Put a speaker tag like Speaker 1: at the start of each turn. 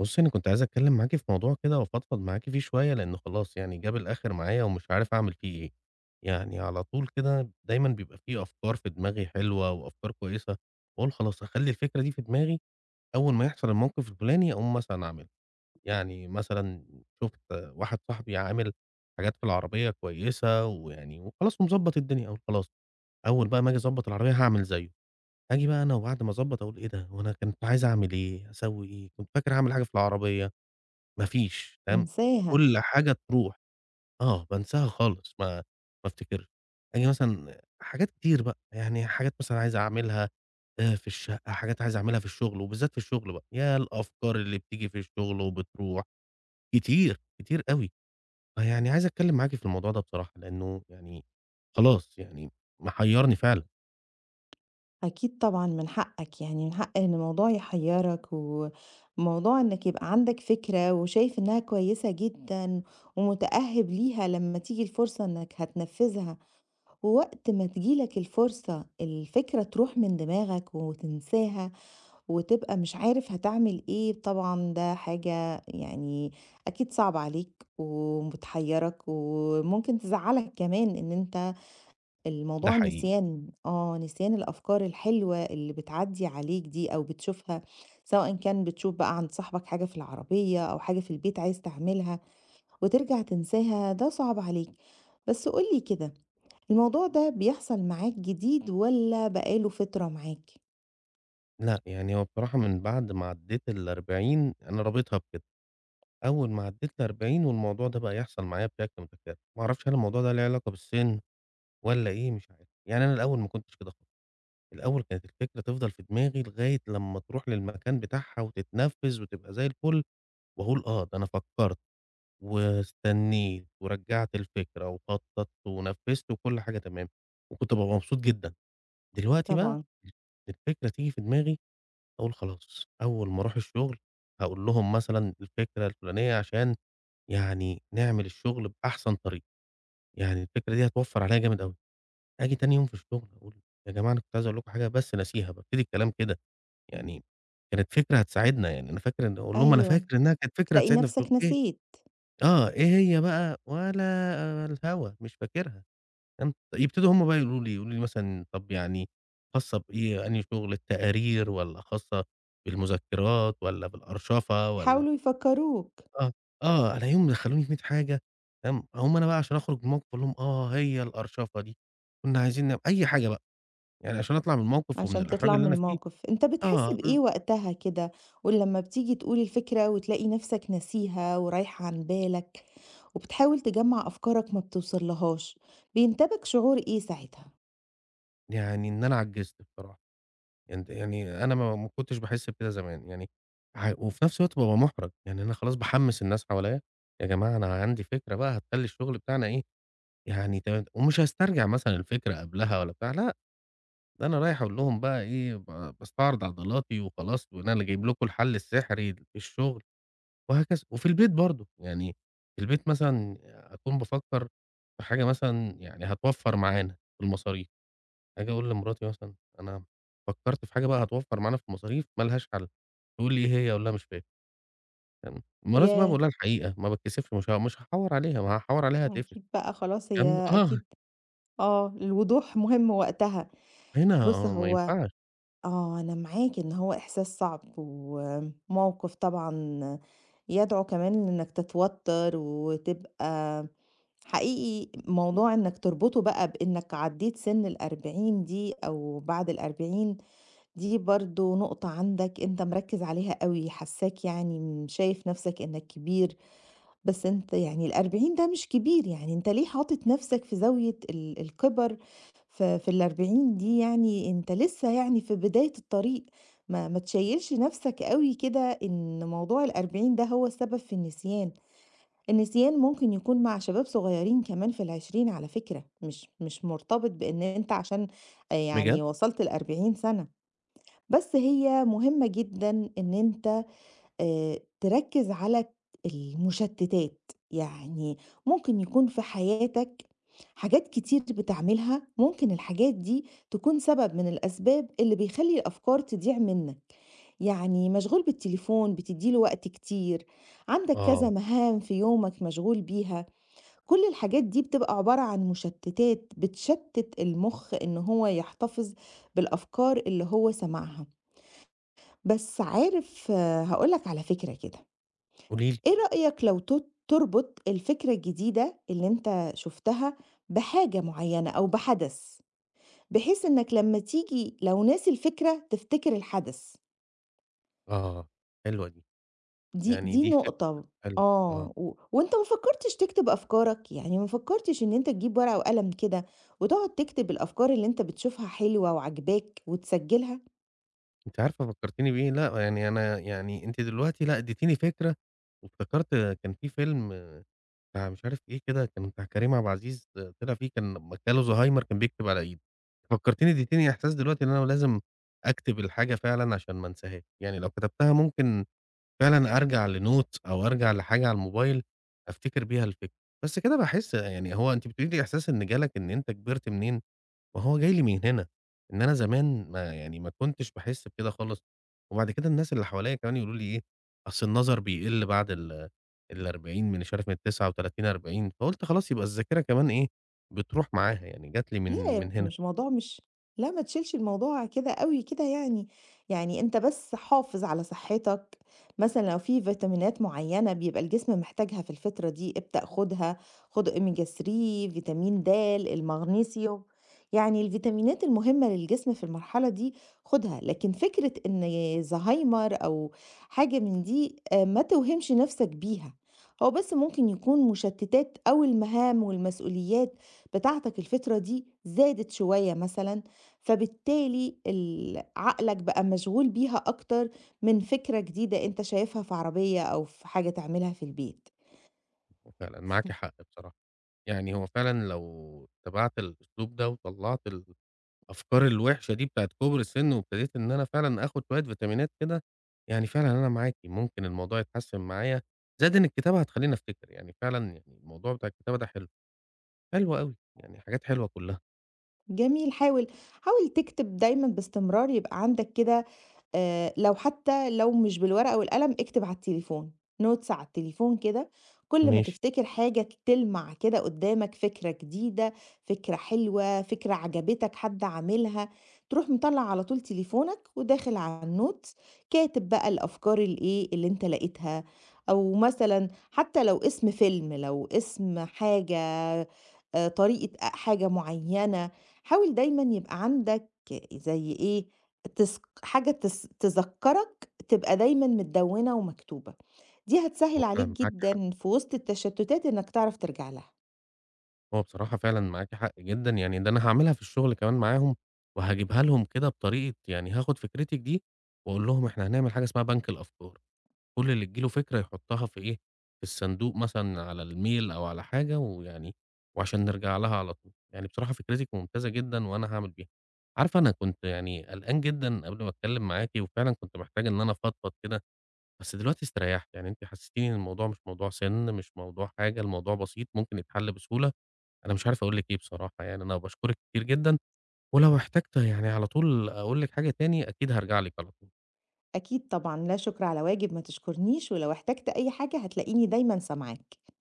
Speaker 1: بُصّي، أنا كنت عايز أتكلّم معاكِ في موضوع كده وأفضفض معاكِ فيه شوية، لإن خلاص يعني جاب الآخر معايا ومش عارف أعمل فيه إيه. يعني على طول كده دايمًا بيبقى في أفكار في دماغي حلوة وأفكار كويسة، وأقول خلاص هاخلّي الفكرة دي في دماغي، أول ما يحصل الموقف الفلاني أقوم مثلًا أعملها. يعني مثلًا شُفت واحد صاحبي عامل حاجات في العربية كويسة ويعني وخلاص ومضبّط الدنيا، أقول خلاص أول بقى ما آجي أضبّط العربية هاعمل زيه. آجي بقى أنا وبعد ما أضبّط أقول إيه ده، هو أنا كنت عايز أعمل إيه، أسوّي إيه، كنت فاكر هاعمل حاجة في العربية، ما فيش تمام،
Speaker 2: انساها،
Speaker 1: كل حاجة تروح، آه، بانساها خالص ما افتكرش. آجي مثلًا حاجات كتير بقى، يعني حاجات مثلًا عايز أعملها في الشقة، حاجات عايز أعملها في الشغل وبالذات في الشغل بقى، يا الأفكار اللي بتيجي في الشغل وبتروح، كتير، كتير أوي. فيعني عايز أتكلّم معاكِ في الموضوع ده بصراحة، لإنه يعني خلاص يعني محيّرني فعلًا،
Speaker 2: أكيد طبعًا من حقك، يعني من حق إن الموضوع يحيرك، وموضوع إنك يبقى عندك فكرة وشايف إنها كويسة جدًا ومتأهب ليها لما تيجي الفرصة إنك هتنفذها، ووقت ما تيجي لك الفرصة الفكرة تروح من دماغك وتنساها، وتبقى مش عارف هتعمل إيه، طبعًا ده حاجة يعني أكيد صعبة عليك وبتحيرك، وممكن تزعلك كمان إن أنت
Speaker 1: ده
Speaker 2: الموضوع
Speaker 1: حقيقي.
Speaker 2: نسيان نسيان الأفكار الحلوة اللي بتعدّي عليك دي أو بتشوفها، سواء كان بتشوف بقى عند صاحبك حاجة في العربية أو حاجة في البيت عايز تعملها وترجع تنساها، ده صعب عليك. بس قُل لي كده، الموضوع ده بيحصل معاك جديد والّا بقى له فترة معاك؟
Speaker 1: لأ، يعني هو بصراحة من بعد ما عدّيت ال40 أنا رابطها بكده. أول ما عدّيت ال40 والموضوع ده بقى يحصل معايا بشكل متكرر، ما أعرفش هل الموضوع ده ليه علاقة بالسِن والّا إيه مش عارف، يعني أنا الأول ما كنتش كده خالص، الأول كانت الفكرة تفضل في دماغي لغاية لمّا تروح للمكان بتاعها وتتنفّذ وتبقى زي الفُل وأقول آه، ده أنا فكّرت واستنّيت ورجّعت الفكرة وخطّطت ونفّذت وكل حاجة تمام، وكنت بابقى مبسوط جدًا. دلوقتي بقى
Speaker 2: طبعًا،
Speaker 1: الفكرة تيجي في دماغي أقول خلاص، أول ما أروح الشغل هاقول لهم مثلًا الفكرة الفُلانية عشان يعني نعمل الشغل بأحسن طريقة، يعني الفكرة دي هتوفّر عليَّ جامد أوي. آجي تاني يوم في الشغل أقول يا جماعة أنا كنت عايز أقول لكم حاجة بس ناسيها، بابتدي الكلام كده، يعني كانت فكرة هتساعدنا، يعني أنا فاكر إن أقول لهم أنا
Speaker 2: أيوه.
Speaker 1: فاكر إنها كانت فكرة
Speaker 2: تلاقي
Speaker 1: هتساعدنا في الشغل،
Speaker 2: نفسك
Speaker 1: إيه
Speaker 2: نسيت،
Speaker 1: آه، إيه هي بقى؟ ولا الهوا، مش فاكرها، فهمت؟ يبتدوا هم بقى يقولوا لي، يقولوا لي مثلًا طب يعني خاصة بإيه؟ أنهي شغل، التقارير والّا خاصة بالمذكرات والّا بالأرشفة والّا
Speaker 2: حاولوا يفكّروك.
Speaker 1: آه، آه، ألاقيهم دخّلوني في 100 حاجة تمام، هُم أنا بقى عشان أخرج من الموقف أقول لهم آه هي القرشفة دي، كنا عايزين نعم أي حاجة بقى، يعني عشان أطلع من الموقف ومن
Speaker 2: عشان
Speaker 1: الإحراج
Speaker 2: تطلع
Speaker 1: اللي
Speaker 2: من
Speaker 1: أنا فيه
Speaker 2: الموقف، أنت بتحس
Speaker 1: آه،
Speaker 2: بإيه وقتها كده، ولمّا بتيجي تقول الفكرة وتلاقي نفسك ناسيها ورايحة عن بالك، وبتحاول تجمّع أفكارك ما بتوصلهاش، بينتابك شعور إيه ساعتها؟
Speaker 1: يعني إن أنا عجزت بصراحة، يعني يعني أنا ما كنتش باحس بكده زمان، يعني وفي نفس الوقت بابقى مُحرج، يعني أنا خلاص باحمّس الناس حواليّا، يا جماعة أنا عندي فكرة بقى هتخلّي الشغل بتاعنا إيه، يعني ومش هاسترجع مثلًا الفكرة قبلها والّا بتاع لأ. أنا رايح أقول لهم بقى إيه، باستعرض عضلاتي وخلاص، وإن أنا اللي جايب لكم الحل السحري في الشغل وهكذا، وفي البيت برضه، يعني في البيت مثلًا أكون بافكّر في حاجة مثلًا يعني هتوفّر معانا في المصاريف، آجي أقول لمراتي مثلًا أنا فكّرت في حاجة بقى هتوفّر معانا في المصاريف ما لهاش حل، تقول لي: "إيه هي؟" أقول لها: "مش فاكر." تمام، مراتي بقى باقول
Speaker 2: ياه!
Speaker 1: لها الحقيقة، ما باتكسفش مش هاحوّر عليها، ما هاحوّر عليها هاتقفش،
Speaker 2: أكيد بقى خلاص
Speaker 1: الكلام
Speaker 2: هي
Speaker 1: آه،
Speaker 2: أكيد آه، الوضوح مهم وقتها،
Speaker 1: هنا
Speaker 2: بُص
Speaker 1: آه، ما
Speaker 2: هو
Speaker 1: ينفعش،
Speaker 2: آه، أنا معاك إن هو إحساس صعب وموقف طبعًا يدعو كمان إنك تتوتر وتبقى حقيقي موضوع إنك تربطه بقى بإنك عديت سن ال40 دي أو بعد ال40 دي برضه نقطة عندك أنت مركز عليها أوي، حاساك يعني شايف نفسك إنك كبير، بس أنت يعني ال40 ده مش كبير، يعني أنت ليه حاطط نفسك في زاوية الكِبَر في ال40 دي يعني أنت لسه يعني في بداية الطريق، ما تشيّلش نفسك أوي كده إن موضوع ال40 ده هو السبب في النسيان. النسيان ممكن يكون مع شباب صغيرين كمان في العشرين على فكرة مش مرتبط بإن أنت عشان آه،
Speaker 1: بجد؟
Speaker 2: يعني وصلت 40 سنة بس هي مهمة جدا إن أنت تركّز على المشتتات، يعني ممكن يكون في حياتك حاجات كتير بتعملها، ممكن الحاجات دي تكون سبب من الأسباب اللي بيخلّي الأفكار تضيع منك، يعني مشغول بالتليفون بتدّي له وقت كتير، عندك كذا
Speaker 1: آه،
Speaker 2: مهام في يومك مشغول بيها، كل الحاجات دي بتبقى عبارة عن مشتتات بتشتت المُخ إن هو يحتفظ بالأفكار اللي هو سمعها، بس عارف هاقول لك على فكرة كده،
Speaker 1: قولي لي،
Speaker 2: إيه رأيك لو تربط الفكرة الجديدة اللي أنت شُفتها بحاجة معيّنة أو بحدث، بحيث إنّك لمّا تيجي لو ناسي الفكرة تفتكر الحدث،
Speaker 1: آه، حلوة دي.
Speaker 2: دي
Speaker 1: يعني
Speaker 2: دي
Speaker 1: دي فكرة
Speaker 2: نقطة
Speaker 1: حلوة، آه،
Speaker 2: آه، وأنت ما فكّرتش تكتب أفكارك؟ يعني ما فكّرتش إن أنت تجيب ورقة وقلم كده وتقعد تكتب الأفكار اللي أنت بتشوفها حلوة وعاجباك وتسجّلها؟
Speaker 1: أنتِ عارفة فكّرتيني بإيه، لأ يعني أنا يعني أنتِ دلوقتي لأ اديتيني فكرة، وافتكرت كان في فيلم آه، بتاع مش عارف إيه كده، كان بتاع كريم عبد العزيز آه، طلع فيه كان لمّا جاله زهايمر كان بيكتب على إيده، فكّرتيني اديتيني إحساس دلوقتي إن أنا لازم أكتب الحاجة فعلًا عشان ما انساهاش، يعني لو كتبتها ممكن فعلًا أرجع لnotes أو أرجع لحاجة على الموبايل أفتكر بيها الفكرة، بس كده باحس يعني هو أنتِ بتقولي لي إحساس إن جالك إن أنت كبرت منين، ما هو جاي لي من هنا، إن أنا زمان ما يعني ما كنتش باحس بكده خالص، وبعد كده الناس اللي حواليّا كمان يقولوا لي إيه، أصل النظر بيقل بعد ال40 من مش عارف من 39 40 فقُلت خلاص يبقى الذاكرة كمان إيه، بتروح معاها يعني جات لي من
Speaker 2: لا،
Speaker 1: من هنا،
Speaker 2: مش موضوع مش لا ما تشيلش الموضوع كده أوي كده يعني، يعني أنت بس حافظ على صحتك، مثلًا لو في فيتامينات معيّنة بيبقى الجسم محتاجها في الفترة دي ابدأ خُدها، خُد أوميجا 3 فيتامين د، المغنيسيوم، يعني الفيتامينات المهمة للجسم في المرحلة دي خُدها، لكن فكرة إن زهايمر أو حاجة من دي ما توهمش نَفْسك بيها، هو بس ممكن يكون مشتتات أو المهام والمسؤوليات بتاعتك الفترة دي زادت شوية مثلًا، فبالتالي عقلك بقى مشغول بيها أكتر من فكرة جديدة أنت شايفها في عربية أو في حاجة تعملها في البيت.
Speaker 1: وفعلًا معاكِ
Speaker 2: ف
Speaker 1: حق بصراحة، يعني هو فعلًا لو اتبعت الأسلوب ده وطلّعت الأفكار الوحشة دي بتاعة كُبر السِن وابتديت إن أنا فعلًا آخُد شوية فيتامينات كده، يعني فعلًا أنا معاكِ، ممكن الموضوع يتحسّن معايا، زائد إن الكتابة هتخلّيني أفتكر، يعني فعلًا يعني الموضوع بتاع الكتابة ده حلو، حلو أوي، يعني حاجات حلوة كُلّها،
Speaker 2: جميل، حاول حاول تكتب دايمًا باستمرار، يبقى عندك كده لو حتى لو مش بالورقة والقلم، اكتب على التليفون، notes على التليفون كده، كل ما
Speaker 1: ماشي،
Speaker 2: تفتكر حاجة تلمع كده قدّامك فكرة جديدة، فكرة حلوة، فكرة عجبتك حد عاملها، تروح مطلّع على طول تليفونك وداخل على الnotes كاتب بقى الأفكار الإيه، اللي أنت لقيتها، أو مثلًا حتى لو اسم فيلم، لو اسم حاجة، طريقة حاجة معيّنة، حاول دايمًا يبقى عندك زي إيه، تس حاجة تذكّرك تبقى دايمًا متدوّنة ومكتوبة، دي
Speaker 1: هو
Speaker 2: هتسهِّل عليك
Speaker 1: فعلًا معاكِ حق،
Speaker 2: جدًا في وسط التشتُّتات إنّك تعرف ترجع لها،
Speaker 1: هو بصراحة فعلًا معاكِ حق جدًا، يعني ده أنا هاعملها في الشُغل كمان معاهم وهاجيبها لهم كده بطريقة يعني هاخُد فكرتِك دي وأقول لهم إحنا هنعمل حاجة اسمها بنك الأفكار. كل اللي تيجي له فكرة يحطها في إيه، في الصندوق مثلًا على الميل أو على حاجة ويعني وعشان نرجع لها على طول. يعني بصراحة فكرتِك ممتازة جدًا وأنا هاعمل بيها. عارفة أنا كنت يعني قلقان جدًا قبل ما أتكلم معاكِ وفعلًا كنت محتاج إن أنا أفضفض كده، بس دلوقتي استريحت. يعني أنتِ حسستيني إن الموضوع مش موضوع سِن، مش موضوع حاجة، الموضوع بسيط ممكن يتحل بسهولة. أنا مش عارف أقول لِك إيه بصراحة يعني، أنا باشكرِك كتير جدًا، ولو احتجت يعني على طول أقول لِك حاجة تاني أكيد هارجع لِك على طول.
Speaker 2: أكيد طبعًا لا شُكر على واجب، ما تشكرنيش، ولو احتجت أي حاجة هتلاقيني دايمًا سامعاك.